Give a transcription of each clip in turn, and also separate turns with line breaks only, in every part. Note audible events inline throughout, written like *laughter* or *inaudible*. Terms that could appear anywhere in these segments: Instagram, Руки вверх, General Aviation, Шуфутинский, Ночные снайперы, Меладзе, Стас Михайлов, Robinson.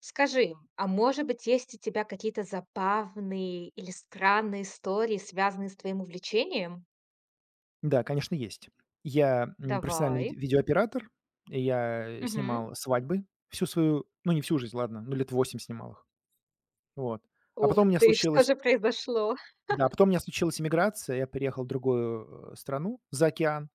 Скажи, а может быть, есть у тебя какие-то забавные или странные истории, связанные с твоим увлечением?
Да, конечно, есть. Я, профессиональный
Давай.
видеооператор. Я
Мгм.
снимал свадьбы всю свою, ну, не всю жизнь, ладно, ну, лет 8 снимал их. Вот. А
Ух
потом у меня
ты, *laughs* что
случилась,
же произошло?
да, а потом у меня случилась иммиграция. Я переехал в другую, страну за океан.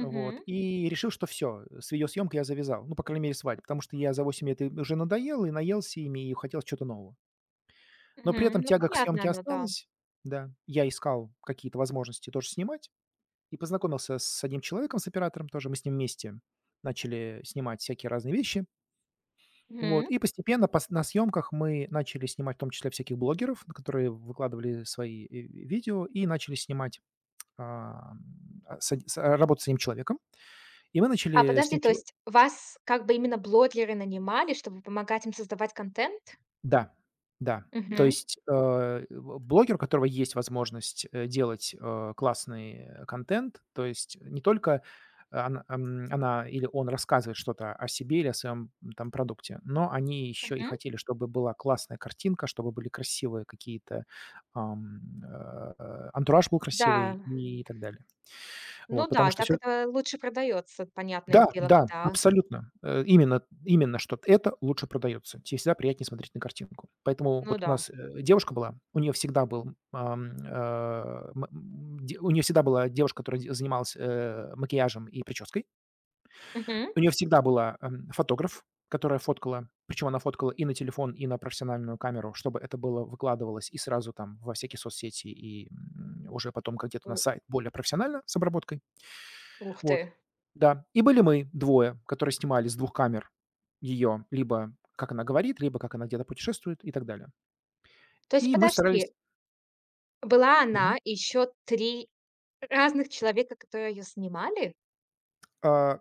Вот. И решил, что все, с видеосъемкой я завязал. Ну, по крайней мере, свадьбы, потому что я за 8 лет и уже надоел, и наелся ими, и хотел чего-то нового. Но при
Мгм.
этом
Ну,
тяга к
понятно
съемке
оно, да.
осталась. Да. Я искал какие-то возможности тоже снимать. И познакомился с одним человеком, с оператором тоже. Мы с ним вместе начали снимать всякие разные вещи. Вот.
Мгм.
И постепенно пос на съемках мы начали снимать, в том числе, всяких блогеров, которые выкладывали свои, видео, и начали снимать, ам, а, с од с работать с одним человеком. И мы
А
начали с
подожди,
ним
то
чело
есть вас как бы именно блогеры нанимали, чтобы помогать им создавать контент?
да, да. То
Мгм.
есть, э, в блогер, у которого есть возможность, делать, классный, контент, то есть не только она, она или он рассказывает что-то о себе или о своем, там, продукте, но они еще и
Мгм.
хотели, чтобы была классная картинка, чтобы были красивые какие-то, ам, антураж был красивый
Да.
и так далее. Вот,
Ну
потому
да,
что
так
все.
это лучше продается, понятное
Да,
дело,
да,
да.
абсолютно. Именно, что это лучше продается. Те всегда приятнее смотреть на картинку. Поэтому
Ну
вот у
да.
нас, девушка была, у нее всегда был, ам, э, м м де у нее всегда была девушка, которая де занималась, макияжем и прической.
Мгм.
У нее всегда была, фотограф, которая фоткала. Причем она фоткала и на телефон, и на профессиональную камеру, чтобы это было, выкладывалось и сразу там во всякие соцсети, и, уже потом как где-то на
У
сайт, более профессионально, с обработкой.
ух ты.
Вот. Да. И были мы двое, которые снимали с двух камер ее, либо как она говорит, либо как она где-то путешествует и так далее.
То есть
И мы
подожди.
старались.
Была
Мгм.
она, и еще 3 разных человека, которые ее снимали.
А,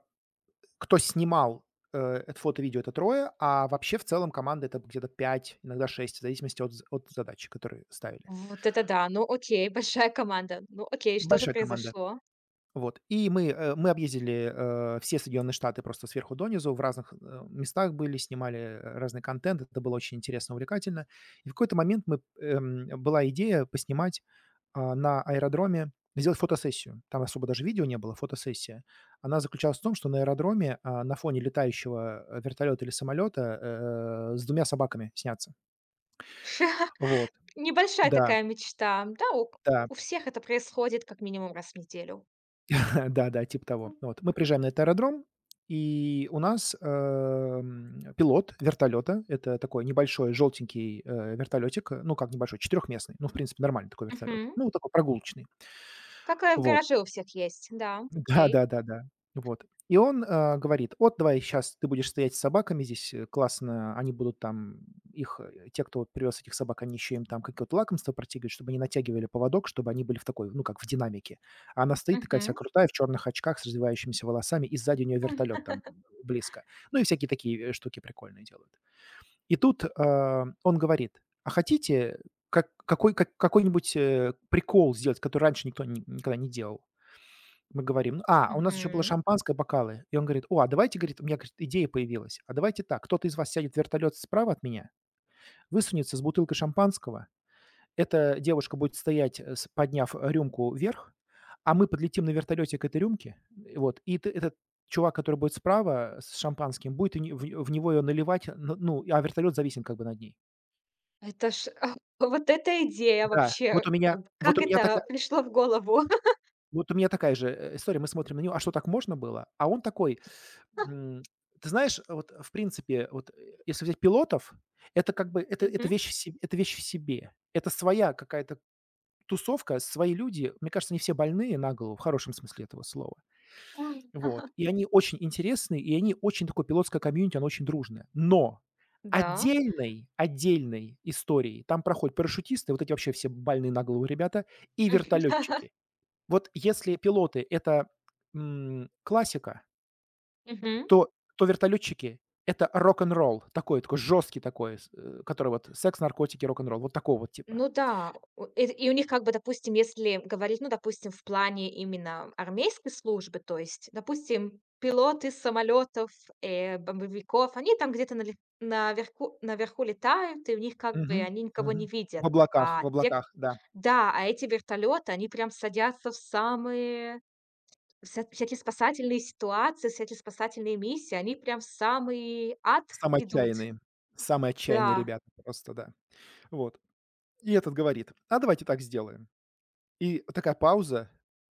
кто снимал, э, это фото, видео — это трое, а вообще в целом команда — это где-то 5, иногда 6, в зависимости от з от задачи, которые ставили.
Вот это да, ну окей, большая команда. Ну окей, что же
Большая команда.
произошло?
Вот, и мы, мы объездили, все Соединенные Штаты просто сверху донизу, в разных, местах были, снимали, разный контент. Это было очень интересно, увлекательно. И в какой-то момент мы, была идея поснимать, на аэродроме, сделать фотосессию. Там особо даже видео не было, фотосессия. Она заключалась в том, что на аэродроме, на фоне летающего, вертолета или самолета, с двумя собаками сняться. Вот,
Небольшая
да,
такая мечта. Да, у
да.
у всех это происходит как минимум раз в неделю.
*laughs* Да-да, типа того. Вот. Мы приезжаем на этот аэродром, и у нас, пилот вертолета- это такой небольшой желтенький, вертолетик, ну, как небольшой, четырехместный, ну, в принципе, нормальный такой вертолет,
Мгм.
ну, такой прогулочный.
Такое в
Вот.
гараже у всех есть, да, окей.
Да-да-да-да. Вот. И он, говорит: "Вот давай сейчас ты будешь стоять с собаками здесь, э, классно". Они будут там их, те, кто вот привез этих собак, они еще им там какие то лакомства протягивают, чтобы они натягивали поводок, чтобы они были в такой, ну, как в динамике. А она стоит такая вся
Мгм,
крутая, в черных очках, с развивающимися волосами, и сзади у нее вертолет там близко. Ну и всякие такие, штуки прикольные делают. И тут, он говорит: "А хотите, э, какой-нибудь, э, прикол сделать, который раньше никто ни никогда не делал?" Мы говорим: «Ну, "А, у нас еще было
мгм.
шампанское, бокалы". И он говорит: "О, а давайте, говорит, у меня, говорит, идея появилась. А давайте так, кто-то из вас сядет в вертолет справа от меня, высунется с бутылкой шампанского. Эта девушка будет стоять, э, рюмку вверх, а мы подлетим на вертолете к этой рюмке". Вот, и т этот чувак, который будет справа, с шампанским, будет не в него ее наливать, н ну, а вертолет зависит как бы над ней.
Это ж *laughs* вот эта идея
Да,
вообще,
вот
как
у меня
это
такая,
пришло в голову?
вот у меня такая же, история. Мы смотрим на него: "А что, так можно было?" А он такой:
*laughs*
М, ты знаешь, вот, в принципе, вот, если взять пилотов, это как бы
Мгм.
вещь в се это вещь в себе. Это своя какая-то тусовка, свои люди. Мне кажется, они все больные на голову, в хорошем смысле этого слова. Вот. И они очень интересные, и они очень такое пилотское комьюнити, оно очень дружное. Но
Да.
отдельной историей там проходят парашютисты, вот эти вообще все больные на голову ребята, и вертолетчики. Вот если пилоты — это, классика,
Мгм.
то то "Вертолетчики"- это рок-н-ролл такой, такой жесткий такой, который вот секс, наркотики, рок-н-ролл. Вот такого вот типа.
Ну да, у эт и у них как бы, допустим, если говорить, ну, допустим, в плане именно армейской службы, то есть, допустим, пилоты самолетов, бомбовиков, они там где-то нале наверху наверху летают, и у них как бы
Мгм,
они никого не
мгм. В
видят.
облаках в
А те к
облаках, да.
да, а эти вертолеты, они прям садятся в самые вся всякие спасательные ситуации, всякие спасательные миссии, они прям в самый ад
Самые
идут.
отчаянные. Самые отчаянные
Да.
ребята просто, да. Вот. И этот говорит: "А давайте так сделаем". И такая пауза.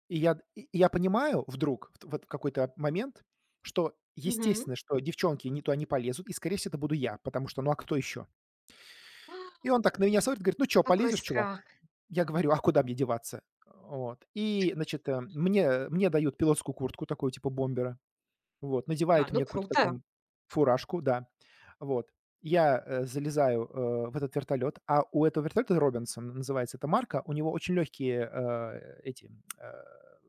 И я понимаю вдруг, в вот в какой-то момент, что,
Мгм.
естественно, что девчонки не туда не полезут, и, скорее всего, это буду я, потому что, ну, а кто еще? И
*gasps*
он так на меня смотрит, говорит: "Ну чё,
Какой
полезешь,
страх.
чувак?" Я говорю: "А куда мне деваться?" Вот. И, значит, мне дают пилотскую куртку такую, типа бомбера. Вот.
Да,
Надевают
ну
мне какую-то
круто.
такую фуражку, да. Вот. Я, залезаю, в этот вертолет, а у этого вертолета "Робинсон" называется эта марка, у него очень легкие, э,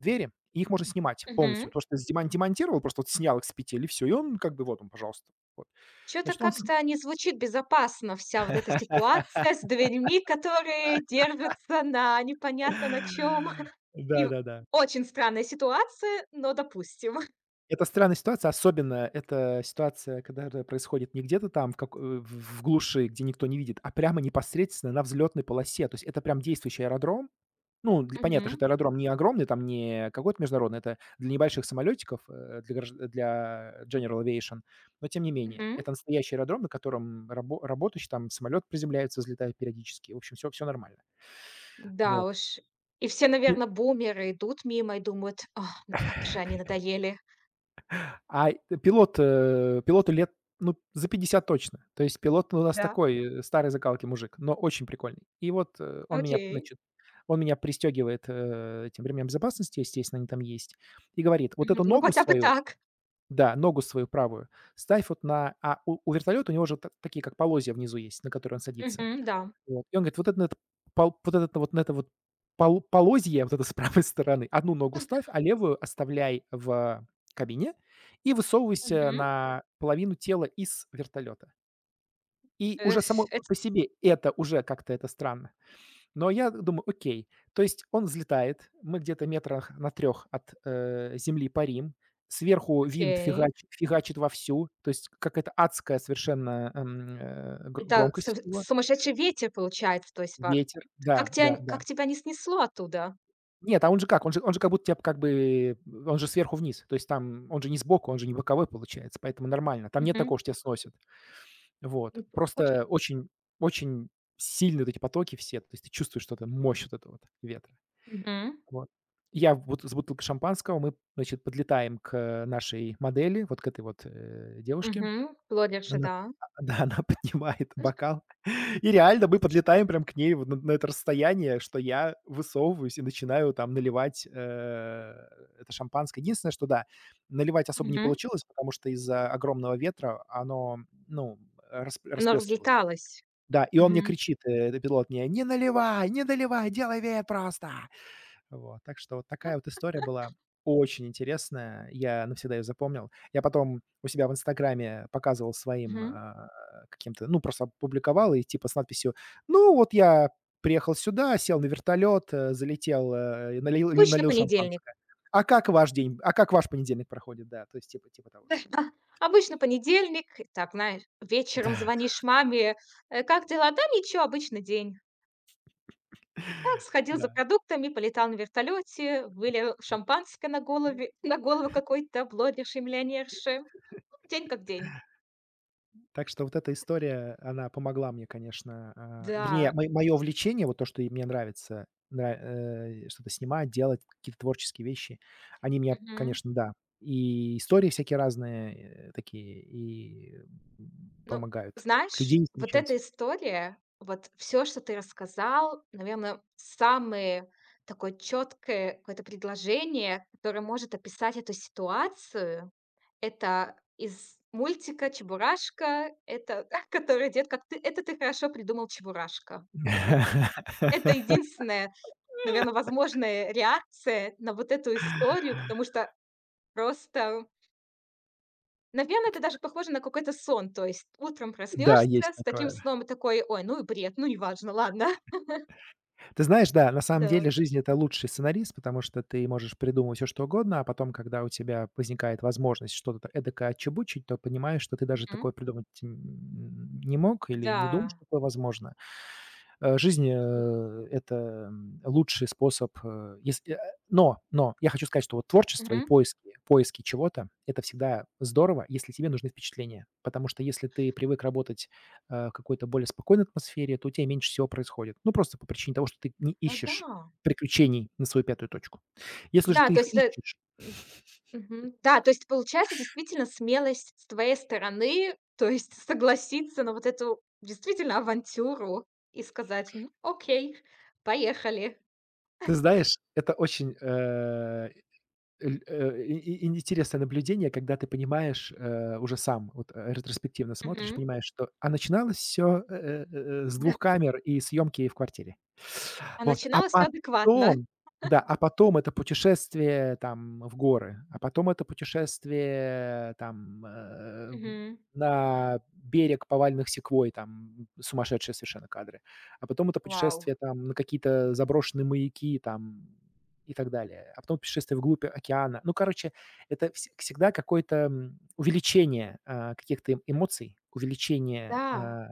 двери, и их можно снимать полностью.
Мгм.
То, что ты демонтировал, просто вот снял их с петель и все, и он как бы вот он, пожалуйста. Вот.
Что то
Значит, он с
как-то не звучит безопасно, вся вот эта ситуация с дверьми, которые держатся на непонятно на чем
*laughs*
*laughs* И
Да-да-да.
очень странная ситуация, но допустим.
Это странная ситуация, особенно эта ситуация, когда это происходит не где-то там в глуши, где никто не видит, а прямо непосредственно на взлетной полосе. То есть это прям действующий аэродром. Ну, для, понятно, что
Мгм.
это аэродром не огромный, там не какой-то международный, это для небольших самолетиков, для General Aviation, но тем не менее.
Мгм.
Это настоящий аэродром, на котором работающий там самолет приземляется, взлетает периодически. В общем, все нормально.
Да
Вот.
уж. И все, наверное, бумеры идут мимо и думают: «Ах, ну как же они надоели».
А, э, пилот, пилоту лет, ну, за 50 точно. То есть пилот у нас
Да,
такой, старой закалки мужик, но очень прикольный. И вот,
окей.
он меня пристегивает, этим ремням безопасности, естественно, они там есть, и говорит: "Вот
Мгм.
эту
Ну,
ногу
хотя бы
свою,
так.
да, ногу свою правую ставь вот на", а у вертолета у него же та такие, как полозья, внизу есть, на которые он садится.
Мгм, да.
Вот. И он говорит: "Вот это, на это пол вот это вот на это вот полозье, вот это с правой стороны, одну ногу ставь, а левую оставляй в кабине и высовывайся
Мгм.
на половину тела из вертолета". И уже
Эф
само
это
по себе это уже как-то это странно. Но я думаю: "Окей". То есть он взлетает, мы где-то метрах на трех от, земли парим, сверху винт
Окей.
фигачит вовсю, то есть какая-то адская совершенно, э, гр
Это су
громкость его,
сумасшедший ветер получается, то есть, па
ветер. Да,
как
да,
тебя,
да.
как тебя не снесло оттуда?
Нет, а он же как? Он же как будто тебя как бы он же сверху вниз. То есть там он же не сбоку, он же не боковой получается, поэтому нормально. Там нет
Мгм.
такого, что тебя сносит. Вот.
Ну, п окей.
Просто очень сильные вот эти потоки все. То есть ты чувствуешь что-то, мощь вот этого вот ветра.
Мгм.
Вот. Я вот с бутылкой шампанского, мы, значит, подлетаем к нашей модели, вот к этой вот, девушке.
Мгм. Плодерша,
Она,
да.
да, *laughs* она поднимает бокал, *laughs* и реально мы подлетаем прям к ней вот на это расстояние, что я высовываюсь и начинаю там наливать, это шампанское. Единственное, что да, наливать особо не
Мгм.
получилось, потому что из-за огромного ветра оно, ну,
Она
расплескивалось.
разлеталась.
Да, и он мне
Мгм.
кричит, этот пилот мне: "Не наливай, не наливай, делай веер просто!" Вот, так что вот такая вот история была очень интересная. Я навсегда ее запомнил. Я потом у себя в "Инстаграме" показывал своим,
Мгм.
каким-то, ну, просто опубликовал и типа с надписью: "Ну, вот я приехал сюда, сел на вертолет, залетел, и
Обычно
налил
понедельник.
шампанское. А как ваш день а как ваш понедельник проходит?" Да, то есть типа того что-то.
*laughs* Обычно понедельник. Так, знаешь, вечером
Да.
звонишь маме: «Э, как дела?» «Да ничего, обычный день». Так,
*laughs*
сходил за
Да.
продуктами, полетал на вертолете, вылил шампанское на голове *laughs* на голову какой-то блогерши-миллионерши. День как день.
Так что вот эта история, она помогла мне, конечно, вернее,
Да.
мо мое увлечение, вот то, что, мне нравится, что-то снимать, делать, какие-то творческие вещи, они меня, конечно, да, и истории всякие разные, такие, и,
Ну,
помогают
знаешь,
людей
вот
встречать.
эта история, вот все, что ты рассказал, наверное, самое такое четкое какое-то предложение, которое может описать эту ситуацию. Это из мультика «Чебурашка». Это *laughs* который идёт как ты: «Это ты хорошо придумал, Чебурашка». Вот
*laughs*
это единственная, наверное, возможная реакция на вот эту историю, потому что просто. Наверное, это даже похоже на какой-то сон. То есть утром
Да,
проснешься
есть
с таким
такое.
сном и такой: «Ой, ну и бред, ну неважно, ладно». *laughs*
Ты знаешь, да, на самом
Да.
деле жизнь — это лучший сценарист, потому что ты можешь придумывать все что угодно, а потом, когда у тебя возникает возможность что-то эдакое отчебучить, то понимаешь, что ты даже
Мгм.
такое придумать, не мог, или не думал,
Да.
что такое возможно. Жизнь, это, лучший способ, но я хочу сказать, что вот творчество и
Мгм.
поиски чего-то — это всегда здорово, если тебе нужны впечатления. Потому что если ты привык работать какой-то более спокойной атмосфере, то у тебя меньше всего происходит. Ну, просто по причине того, что ты не
Ну
ищешь
да.
приключений на свою пятую точку. Если же
Да,
ты
то
их
есть это
ищешь,
м, мгм. Да, то есть получается действительно смелость с твоей стороны, то есть *laughs* согласиться на вот эту действительно авантюру и сказать: «Ну, окей, поехали».
ты знаешь, это очень, э, Эль э, и интересное наблюдение, когда ты понимаешь, уже сам вот, ретроспективно смотришь,
Мгм.
понимаешь, что, начиналось все с двух камер и съемки в квартире.
А
Вот, а
начиналось всё адекватно.
потом, да, а потом это путешествие там в горы, а потом это путешествие там,
Мгм.
на берег поваленных секвой, там сумасшедшие совершенно кадры, а потом это
Вау.
путешествие там на какие-то заброшенные маяки, там и так далее. А потом путешествие вглубь океана. Ну, короче, это всегда какое-то, увеличение, каких-то эмоций, увеличение.
Да.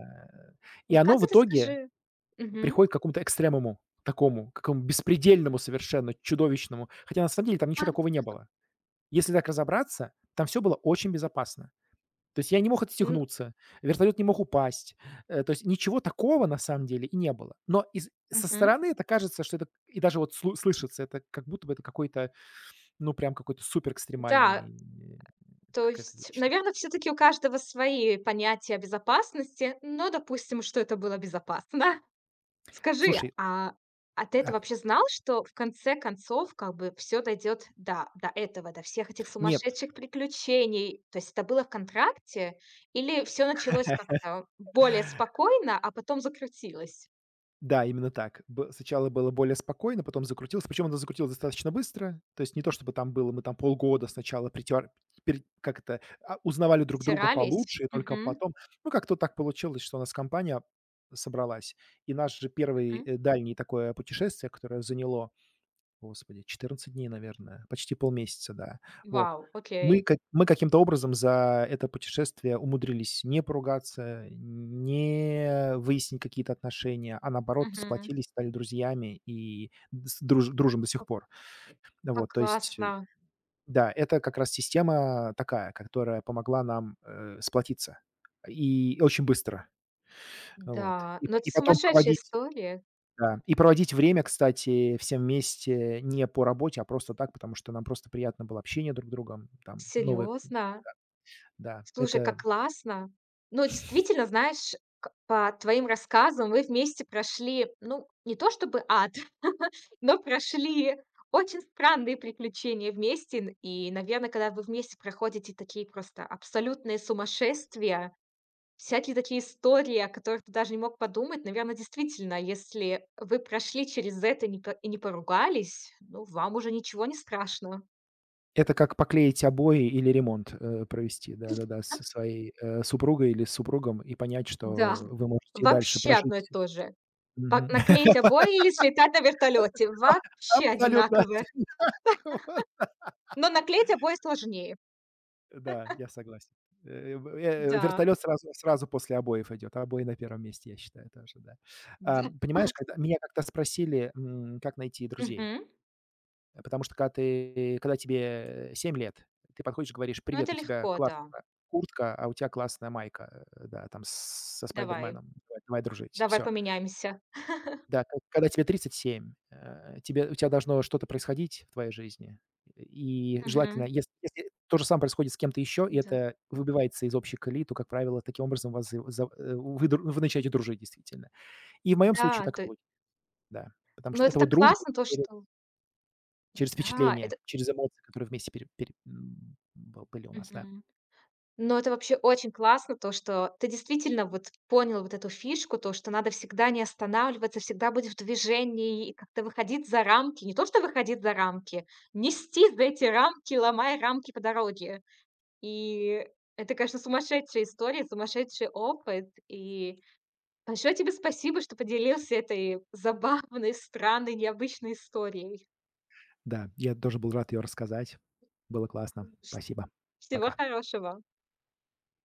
И
Ну
оно
как
в
это,
итоге
скажи. Мгм.
приходит к какому-то экстремуму, такому, какому беспредельному совершенно, чудовищному. Хотя на самом деле там ничего такого не было. Если так разобраться, там все было очень безопасно. То есть я не мог
Н
отстегнуться, вертолет не мог упасть. То есть ничего такого на самом деле и не было. Но со
мгм.
стороны это кажется, что это, и даже вот слышится, это как будто бы это какой-то, ну, прям какой-то супер
Да,
экстремальный,
то
какая-то
есть,
вечная.
наверное, все таки у каждого свои понятия безопасности, но допустим, что это было безопасно. *laughs* Скажи,
Слушай,
а ты это
да,
вообще знал, что в конце концов как бы все дойдет до этого, до всех этих
нет,
сумасшедших приключений? То есть это было в контракте или все началось
*laughs*
как-то более спокойно, а потом закрутилось?
да, именно так. Б Сначала было более спокойно, потом закрутилось. Причем оно закрутилось достаточно быстро. То есть не то чтобы там было, мы там полгода сначала притер пере как это, узнавали друг друга
Притирались?
получше, и только
Мгм,
потом. Ну, как-то вот так получилось, что у нас компания собралась. И наш же первый,
мгм.
дальний, такое путешествие, которое заняло, Господи, 14 дней, наверное, почти полмесяца, да. Вот.
Вау, окей.
Мы каким-то образом за это путешествие умудрились не поругаться, не выяснить какие-то отношения, а наоборот
Мгм.
сплотились, стали друзьями и дс друж дружим до сих пор. Вот,
Как
то есть,
классно.
да, это как раз система такая, которая помогла нам, сплотиться и очень быстро. Вот.
Да,
И
но
по
это
и потом
сумасшедшая
проводить,
история.
да. И проводить время, кстати, всем вместе не по работе, а просто так, потому что нам просто приятно было общение друг с другом. Там новые,
Серьезно?
да,
Слушай, как классно. Ну, действительно, знаешь, по твоим рассказам вы вместе прошли, ну, не то чтобы ад, *laughs* но прошли очень странные приключения вместе. И, наверное, когда вы вместе проходите такие просто абсолютные сумасшествия, всякие такие истории, о которых ты даже не мог подумать, наверное, действительно, если вы прошли через это и не по- и не поругались, ну, вам уже ничего не страшно.
это как поклеить обои или ремонт, провести, да-да-да, со своей, супругой или с супругом, и понять, что
Да,
вы можете и дальше
вообще одно и
прожить.
то же. Па
Мгм. *laughs*
Наклеить обои или слетать на вертолете — вообще
Абсолютно.
одинаково.
*laughs* Вот.
Но наклеить обои сложнее.
Да, я согласен. Э, в э,
Да,
вертолет сразу после обоев идет, а обои на первом месте, я считаю, тоже, да.
да.
Понимаешь, когда меня как-то спросили, как найти друзей.
Мгм.
Потому что когда тебе, 7 лет, ты подходишь и говоришь:
Ну,
"Привет,
это
у тебя
легко, да.
классная куртка, а у тебя классная майка". Э, да, там с со
Давай,
"Спайдерменом". Давай дружить.
давай
Все".
поменяемся.
Да, к когда тебе 37, э, тебе у тебя должно что-то происходить в твоей жизни. И желательно,
Мгм.
если то же самое происходит с кем-то еще, и
Да.
это выбивается из общей колеи, то, как правило, таким образом вас вы начинаете дружить действительно. И в моем случае
Да,
так и
то
было, да. Потому
но
что
это
это вот
так
дружба
классно, то,
через,
что
через
да,
впечатление,
это
через эмоции, которые вместе пере пере м, бы были у нас, да.
мгм. Но это вообще очень классно, то, что ты действительно вот понял вот эту фишку, то, что надо всегда не останавливаться, всегда быть в движении и как-то выходить за рамки. Не то, что выходить за рамки, нести за эти рамки, ломая рамки по дороге. И это, конечно, сумасшедшая история, сумасшедший опыт. И большое тебе спасибо, что поделился этой забавной, странной, необычной историей.
Да, я тоже был рад ее рассказать. Было классно.
Вс-
Спасибо.
Всего
Пока.
хорошего.